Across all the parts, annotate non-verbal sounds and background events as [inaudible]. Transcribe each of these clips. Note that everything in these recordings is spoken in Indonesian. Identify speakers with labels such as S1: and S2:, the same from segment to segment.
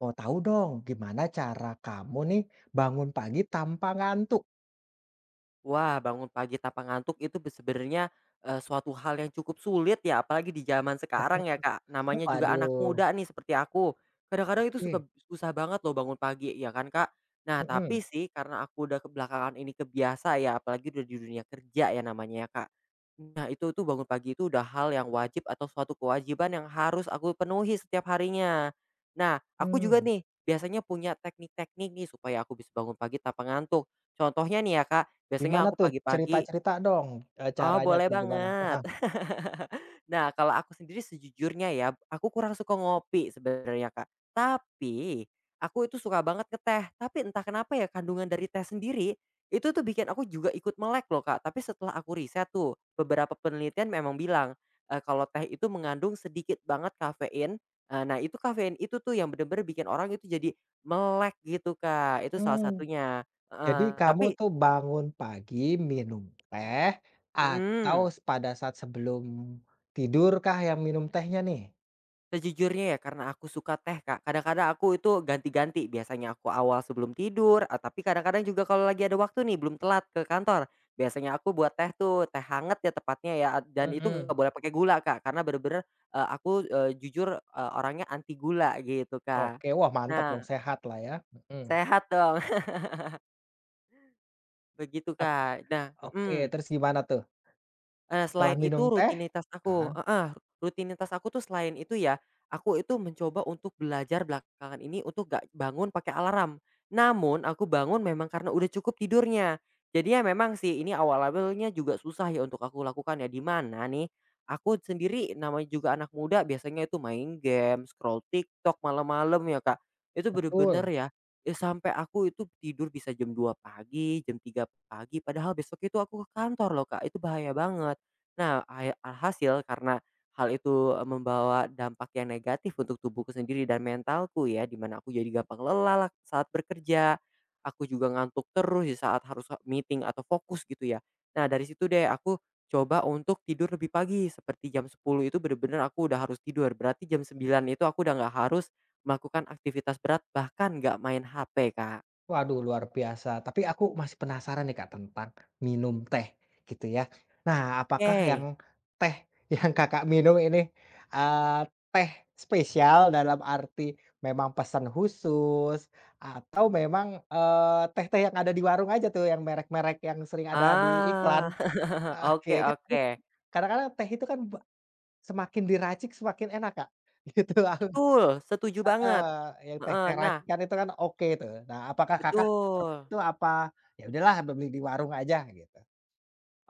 S1: Mau tahu dong gimana cara kamu nih bangun pagi tanpa ngantuk?
S2: Wah, bangun pagi tanpa ngantuk itu sebenarnya, suatu hal yang cukup sulit ya, apalagi di zaman sekarang ya, Kak. Namanya juga anak
S1: Waduh,
S2: muda nih seperti aku. Kadang-kadang itu
S1: oke.
S2: suka susah banget loh bangun pagi, ya kan, Kak? Nah,
S1: Mhm,
S2: tapi sih karena aku udah kebelakangan ini kebiasa ya, apalagi udah di dunia kerja ya namanya ya, Kak. Nah, itu tuh bangun pagi itu udah hal yang wajib atau suatu kewajiban yang harus aku penuhi setiap harinya. Nah, aku juga
S1: mmm,
S2: nih biasanya punya teknik-teknik nih supaya aku bisa bangun pagi tanpa ngantuk. Contohnya nih ya, Kak. Biasanya
S1: gimana
S2: aku
S1: tuh
S2: pagi-pagi.
S1: cerita-cerita dong,
S2: Oh,
S1: caranya
S2: boleh
S1: tuh gimana?
S2: banget.
S1: Heeh,
S2: [laughs] Nah, kalau aku sendiri sejujurnya ya, aku kurang suka ngopi sebenarnya, Kak, tapi aku itu suka banget ke teh, tapi entah kenapa ya kandungan dari teh sendiri, itu tuh bikin aku juga ikut melek loh, Kak, tapi setelah aku riset tuh, beberapa penelitian memang bilang, kalau teh itu mengandung sedikit banget kafein, nah itu kafein itu tuh yang bener-bener bikin orang itu jadi melek gitu, Kak, itu salah
S1: mmm,
S2: satunya,
S1: jadi
S2: heeh,
S1: kamu
S2: tapi
S1: tuh bangun pagi minum teh atau
S2: mhm.
S1: pada saat sebelum tidur kah yang minum tehnya nih?
S2: Sejujurnya ya karena aku suka teh, Kak. Kadang-kadang aku itu ganti-ganti, biasanya aku awal sebelum tidur, tapi kadang-kadang juga kalau lagi ada waktu nih belum telat ke kantor, biasanya aku buat teh tuh, teh hangat ya tepatnya ya, dan itu nggak
S1: Mhm,
S2: boleh pakai gula, Kak, karena bener-bener, aku, jujur, orangnya anti gula gitu, Kak.
S1: oke, wah mantap dong
S2: Nah,
S1: sehat lah ya, mhm.
S2: sehat dong. [laughs] Begitu,
S1: Ep
S2: Kak. Nah,
S1: Oke,
S2: mhm.
S1: terus gimana tuh? Setelah
S2: Selain itu
S1: minum teh?
S2: rutinitas aku,
S1: Heeh,
S2: heeh, rutinitas aku tuh selain itu ya, aku itu mencoba untuk belajar belakangan ini untuk gak bangun pakai alarm. Namun aku bangun memang karena udah cukup tidurnya. Jadi ya memang sih ini awal-awalnya juga susah ya untuk aku lakukan ya, di mana nih, aku sendiri namanya juga anak muda biasanya itu main game, scroll TikTok malam-malam ya, Kak. Itu bener-bener
S1: betul.
S2: ya, ya sampai aku itu tidur bisa jam dua pagi, jam tiga pagi, padahal besok itu aku ke kantor loh, Kak, itu bahaya banget. Nah, alhasil karena hal itu, membawa dampak yang negatif untuk tubuhku sendiri dan mentalku ya, di mana aku jadi gampang lelah lah saat bekerja, aku juga ngantuk terus di saat harus meeting atau fokus gitu ya. Nah, dari situ deh aku coba untuk tidur lebih pagi, seperti jam sepuluh itu bener-bener aku udah harus tidur, berarti jam sembilan itu aku udah nggak harus melakukan aktivitas berat, bahkan nggak main HP, Kak.
S1: Waduh luar biasa, tapi aku masih penasaran nih Kak tentang minum teh gitu ya. Nah
S2: Oke.
S1: apakah yang teh [laughs] yang Kakak minum ini, eee, teh spesial dalam arti memang pesan khusus atau memang, teh-teh yang ada di warung aja tuh yang merek-merek yang sering ada di iklan?
S2: Ah, [laughs]
S1: Oke
S2: oke,
S1: kan
S2: oke.
S1: kadang-kadang teh itu kan semakin diracik semakin enak Kak, [laughs] gitu.
S2: Betul, setuju
S1: Heeh,
S2: banget.
S1: yang
S2: Heeh,
S1: teh-teh
S2: nah,
S1: racikan itu kan oke tuh. Nah, apakah Kakak seperti
S2: betul.
S1: itu apa, ya udahlah beli di warung aja gitu?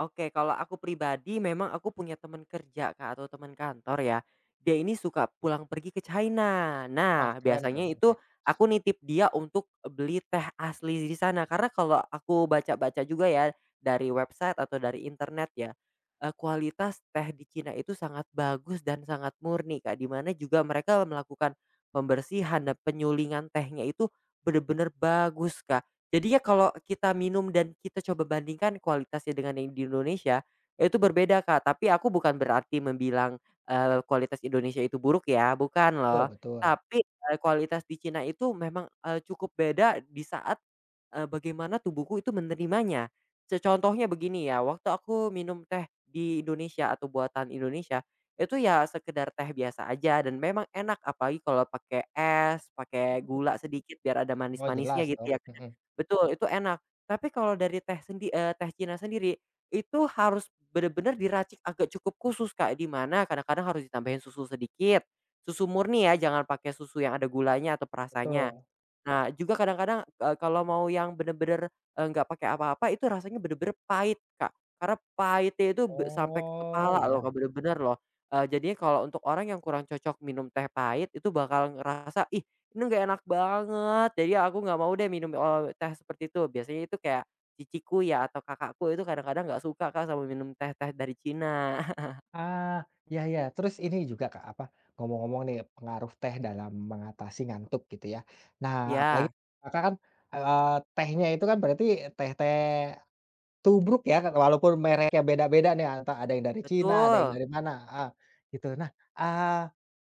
S2: Oke, kalau aku pribadi memang aku punya teman kerja Kak, atau teman kantor ya, dia ini suka pulang pergi ke China.
S1: Wah,
S2: Nah,
S1: keren tuh.
S2: biasanya
S1: Oke.
S2: itu aku nitip dia untuk beli teh asli di sana, karena kalau aku baca-baca juga ya dari website atau dari internet ya, kualitas teh di Cina itu sangat bagus dan sangat murni, Kak, di mana juga mereka melakukan pembersihan dan penyulingan tehnya itu bener-bener bagus, Kak. Jadi ya kalau kita minum dan kita coba bandingkan kualitasnya dengan yang di Indonesia, itu berbeda, Kak. Tapi aku bukan berarti membilang, kualitas Indonesia itu buruk ya, bukan
S1: Betul,
S2: loh.
S1: betul.
S2: Tapi, kualitas di Cina itu memang, cukup beda di saat, bagaimana tubuhku itu menerimanya. Contohnya begini ya, waktu aku minum teh di Indonesia atau buatan Indonesia, itu ya sekedar teh biasa aja dan memang enak, apalagi kalau pakai es, pakai gula sedikit biar ada
S1: Oh,
S2: manis-manisnya
S1: jelas dong,
S2: gitu ya.
S1: mhm,
S2: Betul, itu enak. Tapi kalau dari teh Cina sendiri, itu harus bener-bener diracik agak cukup khusus, Kak, di mana kadang-kadang harus ditambahin susu sedikit, susu murni ya, jangan pakai susu yang ada gulanya atau perasanya.
S1: betul.
S2: Nah, juga kadang-kadang, kalau mau yang bener-bener, nggak pakai apa-apa itu rasanya bener-bener pahit, Kak. Karena pahitnya itu sampai ke
S1: Oh,
S2: kepala loh, Kak,
S1: iya.
S2: bener-bener loh. Jadinya kalau untuk orang yang kurang cocok minum teh pahit itu bakal ngerasa, "Ih, ini nggak enak banget, jadi aku nggak mau deh minum, teh seperti itu." Biasanya itu kayak ciciku ya atau kakakku itu kadang-kadang nggak suka, Kak, sama minum teh-teh dari Cina. [laughs]
S1: Ah, iya, iya. Terus ini juga Kak, apa, ngomong-ngomong nih pengaruh teh dalam mengatasi ngantuk gitu ya. Nah, apalagi
S2: Ya,
S1: Kakak kan, eee, tehnya itu kan berarti teh-teh Tubruk ya, walaupun mereknya beda-beda nih, entah ada yang dari Cina, ada yang
S2: betul,
S1: dari mana, heeh, gitu. Nah, eee,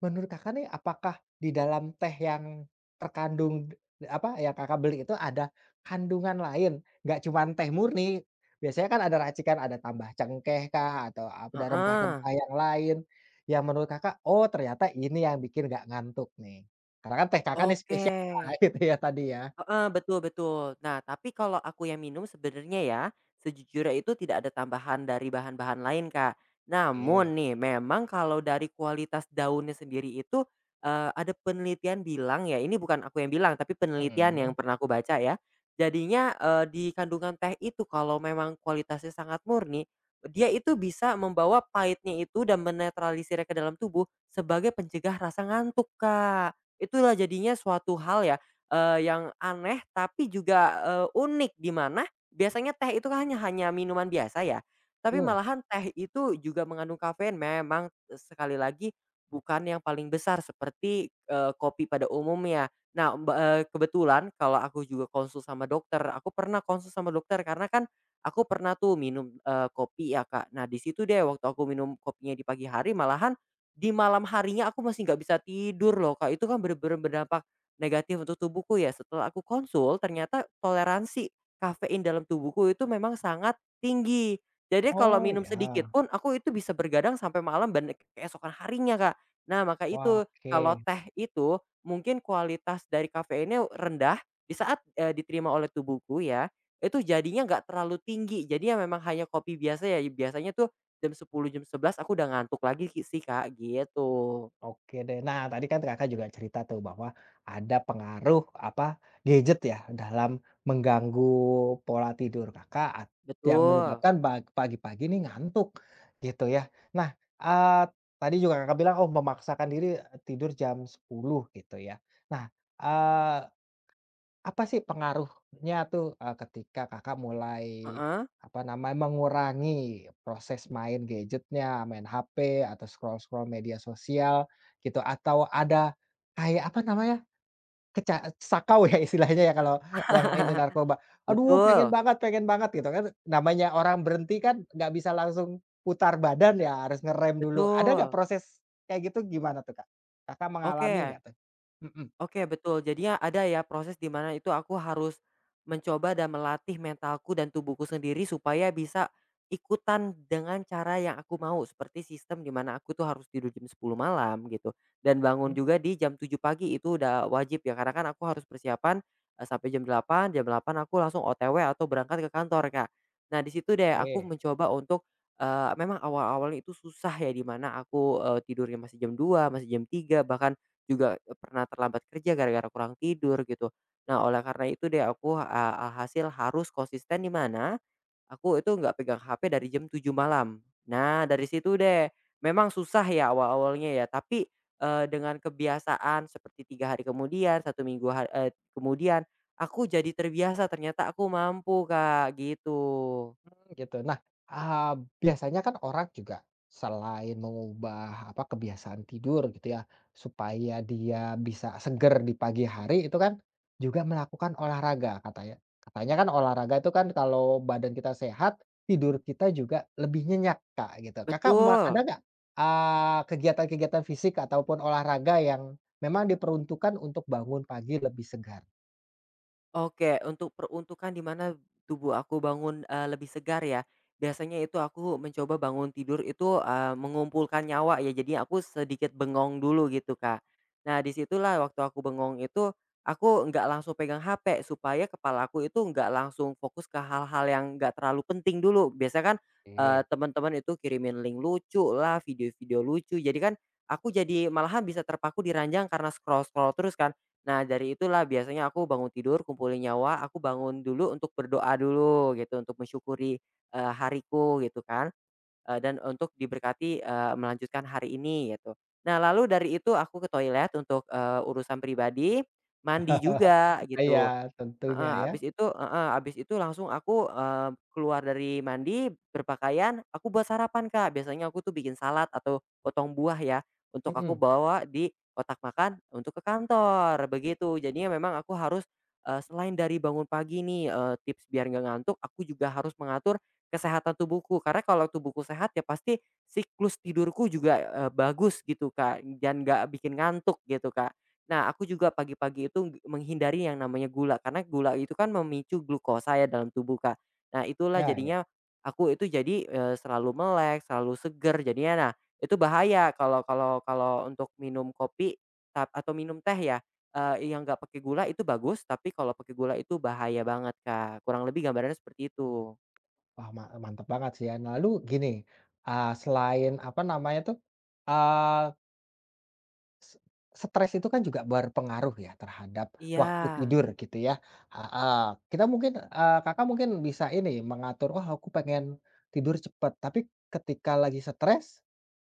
S1: menurut Kakak nih, apakah di dalam teh yang terkandung d apa, yang Kakak beli itu ada kandungan lain, nggak cuman teh murni? Biasanya kan ada racikan, ada tambah cengkeh kah, atau ada
S2: heeh,
S1: rempah-rempah yang lain, yang menurut Kakak, "Oh, ternyata ini yang bikin nggak ngantuk nih." Karena kan teh Kakak nih
S2: oke.
S1: spesial [laughs] lah, gitu ya, tadi ya.
S2: Heeh, betul, betul. Nah, tapi kalau aku yang minum sebenarnya ya, sejujurnya itu tidak ada tambahan dari bahan-bahan lain, Kak.
S1: Oke,
S2: Namun nih, memang kalau dari kualitas daunnya sendiri itu, ada penelitian bilang ya, ini bukan aku yang bilang, tapi penelitian yang
S1: mhm,
S2: pernah aku baca ya. Jadinya, di kandungan teh itu kalau memang kualitasnya sangat murni, dia itu bisa membawa pahitnya itu dan menetralisirnya ke dalam tubuh sebagai pencegah rasa ngantuk, Kak. Itulah jadinya suatu hal ya. Yang aneh tapi juga, unik di mana biasanya teh itu kan hanya hanya minuman biasa ya, tapi
S1: betul.
S2: malahan teh itu juga mengandung kafein memang sekali lagi bukan yang paling besar seperti, kopi pada umumnya. Nah, kebetulan kalau aku juga konsul sama dokter, aku pernah konsul sama dokter karena kan aku pernah tuh minum, kopi ya, Kak. Nah, di situ deh waktu aku minum kopinya di pagi hari malahan di malam harinya aku masih nggak bisa tidur loh, Kak. Itu kan bener-bener berdampak negatif untuk tubuhku ya, setelah aku konsul ternyata toleransi kafein dalam tubuhku itu memang sangat tinggi. Jadi kalau
S1: Oh,
S2: minum sedikit
S1: ya.
S2: pun aku itu bisa bergadang sampai malam dan keesokan harinya, Kak. Nah, maka itu
S1: Oke,
S2: kalau teh itu mungkin kualitas dari kafeinnya rendah di saat, diterima oleh tubuhku ya, itu jadinya nggak terlalu tinggi. Jadi ya memang hanya kopi biasa ya, biasanya tuh jam 10 jam 11 aku udah ngantuk lagi sih, Kak, gitu.
S1: oke deh. Nah, tadi kan Kakak juga cerita tuh bahwa ada pengaruh apa gadget ya dalam mengganggu pola tidur Kakak yang
S2: Betul,
S1: menyebabkan pagi-pagi ini ngantuk gitu ya. Nah, eee, tadi juga Kakak bilang, oh memaksakan diri tidur jam 10, gitu ya. Nah, apa sih pengaruhnya tuh, ketika Kakak mulai,
S2: heeh,
S1: apa namanya, mengurangi proses main gadgetnya, main HP atau scroll-scroll media sosial gitu, atau ada kayak, apa namanya, keca sakau ya istilahnya ya kalau yang ini
S2: [laughs]
S1: narkoba, "Aduh pengen
S2: betul.
S1: banget, pengen banget," gitu kan, namanya orang berhenti kan nggak bisa langsung putar badan ya, harus ngerem dulu. Ada nggak
S2: Betul,
S1: proses kayak gitu gimana tuh, Kak? Kakak mengalami nggak
S2: oke.
S1: tuh? Mhm,
S2: Oke, betul, jadinya ada ya proses di mana itu aku harus mencoba dan melatih mentalku dan tubuhku sendiri supaya bisa ikutan dengan cara yang aku mau, seperti sistem di mana aku tuh harus tidur jam 10 malam gitu dan bangun juga di jam 7 pagi itu udah wajib ya karena kan aku harus persiapan, sampai jam delapan aku langsung OTW atau berangkat ke kantor, Kak. Nah, di situ deh aku
S1: oke.
S2: mencoba untuk, memang awal-awalnya itu susah ya di mana aku, tidurnya masih jam dua masih jam tiga bahkan juga, pernah terlambat kerja gara-gara kurang tidur gitu. Nah, oleh karena itu deh aku, alhasil harus konsisten di mana, aku itu nggak pegang HP dari jam tujuh malam. Nah, dari situ deh, memang susah ya awal-awalnya ya, tapi, dengan kebiasaan seperti 3 hari kemudian, satu minggu kemudian, aku jadi terbiasa ternyata aku mampu, Kak, gitu.
S1: Gitu. Nah, eee, biasanya kan orang juga selain mengubah apa, kebiasaan tidur gitu ya, supaya dia bisa seger di pagi hari itu kan juga melakukan olahraga katanya. Katanya kan olahraga itu kan kalau badan kita sehat, tidur kita juga lebih nyenyak, Kak, gitu. Kakak me Ada
S2: Betul.
S1: nggak, kegiatan-kegiatan fisik ataupun olahraga yang memang diperuntukkan untuk bangun pagi lebih segar?
S2: Oke, untuk peruntukan di mana tubuh aku bangun, lebih segar ya, biasanya itu aku mencoba bangun tidur itu, mengumpulkan nyawa ya, jadi aku sedikit bengong dulu gitu, Kak. Nah, disitulah waktu aku bengong itu, aku nggak langsung pegang HP, supaya kepala aku itu nggak langsung fokus ke hal-hal yang nggak terlalu penting dulu. Biasanya kan,
S1: Oke.
S2: teman-teman itu kirimin link lucu lah, video-video lucu, jadi kan aku jadi malahan bisa terpaku di ranjang karena scroll-scroll terus kan. Nah, dari itulah biasanya aku bangun tidur, kumpulin nyawa, aku bangun dulu untuk berdoa dulu gitu, untuk mensyukuri, hariku gitu kan, dan untuk diberkati, melanjutkan hari ini gitu. Nah, lalu dari itu aku ke toilet untuk, urusan pribadi, mandi juga gitu.
S1: Iya, tentunya
S2: Heeh,
S1: ya.
S2: habis itu, heeh, habis itu langsung aku, keluar dari mandi, berpakaian, aku buat sarapan, Kak. Biasanya aku tuh bikin salad atau potong buah ya, untuk aku
S1: Mhm.
S2: bawa di kotak makan untuk ke kantor, begitu. Jadinya memang aku harus, selain dari bangun pagi nih, tips biar nggak ngantuk, aku juga harus mengatur kesehatan tubuhku. Karena kalau tubuhku sehat ya pasti siklus tidurku juga, bagus gitu, Kak, dan nggak bikin ngantuk gitu, Kak. Nah, aku juga pagi-pagi itu menghindari yang namanya gula, karena gula itu kan memicu glukosa ya dalam tubuh, Kak. Nah, itulah
S1: Ya, ya.
S2: jadinya aku itu jadi, selalu melek, selalu seger jadinya. Nah, itu bahaya kalau kalau kalau untuk minum kopi atau minum teh ya, yang nggak pakai gula itu bagus, tapi kalau pakai gula itu bahaya banget, Kak. Kurang lebih gambarannya seperti itu.
S1: Wah, mantap banget sih ya. Nah, lalu gini, selain apa namanya tuh, ah, S stres itu kan juga berpengaruh ya terhadap waktu
S2: Iya,
S1: tidur gitu ya, heeh. Kita mungkin, Kakak mungkin bisa ini mengatur, "Wah aku pengen tidur cepat tapi ketika lagi stres,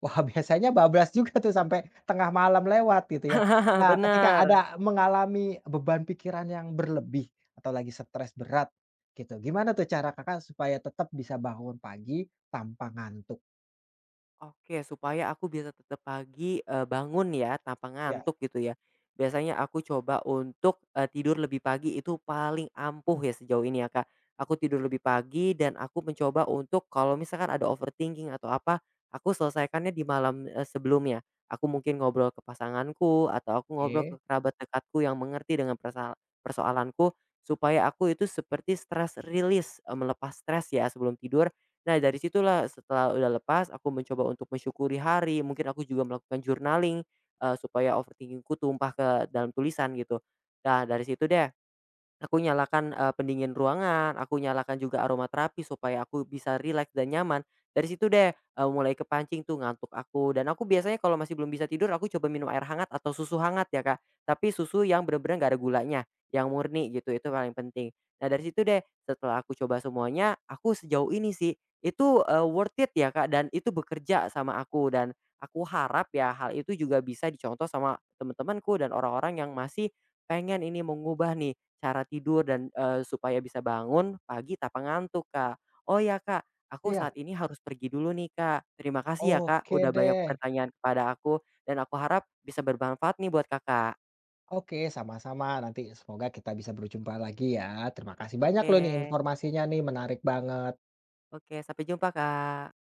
S1: wah [laughs] biasanya bablas juga tuh sampai tengah malam lewat gitu ya."
S2: [laughs]
S1: Nah ketika
S2: bener.
S1: ada mengalami beban pikiran yang berlebih atau lagi stres berat gitu, gimana tuh cara Kakak supaya tetap bisa bangun pagi tanpa ngantuk?
S2: Oke, supaya aku bisa tetap pagi, bangun ya tanpa
S1: Ya,
S2: ngantuk gitu ya. Biasanya aku coba untuk, tidur lebih pagi itu paling ampuh ya sejauh ini ya, Kak. Aku tidur lebih pagi dan aku mencoba untuk kalau misalkan ada overthinking atau apa, aku selesaikannya di malam, sebelumnya. Aku mungkin ngobrol ke pasanganku atau aku ngobrol
S1: oke.
S2: ke kerabat dekatku yang mengerti dengan persoalanku, supaya aku itu seperti stress release, melepas stres ya sebelum tidur. Nah, dari situlah setelah udah lepas, aku mencoba untuk mensyukuri hari, mungkin aku juga melakukan journaling, supaya overthinkingku tumpah ke dalam tulisan gitu. Nah, dari situ deh aku nyalakan, pendingin ruangan, aku nyalakan juga aromaterapi supaya aku bisa rileks dan nyaman. Dari situ deh, mulai kepancing tuh ngantuk aku dan aku biasanya kalau masih belum bisa tidur aku coba minum air hangat atau susu hangat ya, Kak. Tapi susu yang bener-bener nggak ada gulanya, yang murni gitu, itu paling penting. Nah, dari situ deh, setelah aku coba semuanya, aku sejauh ini sih, itu, worth it ya, Kak, dan itu bekerja sama aku dan aku harap ya hal itu juga bisa dicontoh sama temen temanku dan orang-orang yang masih pengen ini mengubah nih cara tidur dan, supaya bisa bangun pagi tak ngantuk, Kak. Oh ya, Kak, aku saat
S1: Iya,
S2: ini harus pergi dulu nih, Kak. Terima kasih ya, Kak,
S1: oke
S2: udah banyak
S1: deh.
S2: pertanyaan kepada aku dan aku harap bisa bermanfaat nih buat Kakak.
S1: Oke, sama-sama. Nanti semoga kita bisa berjumpa lagi ya. Terima kasih banyak
S2: Oke,
S1: loh nih informasinya nih, menarik banget.
S2: oke, sampai jumpa, Kak.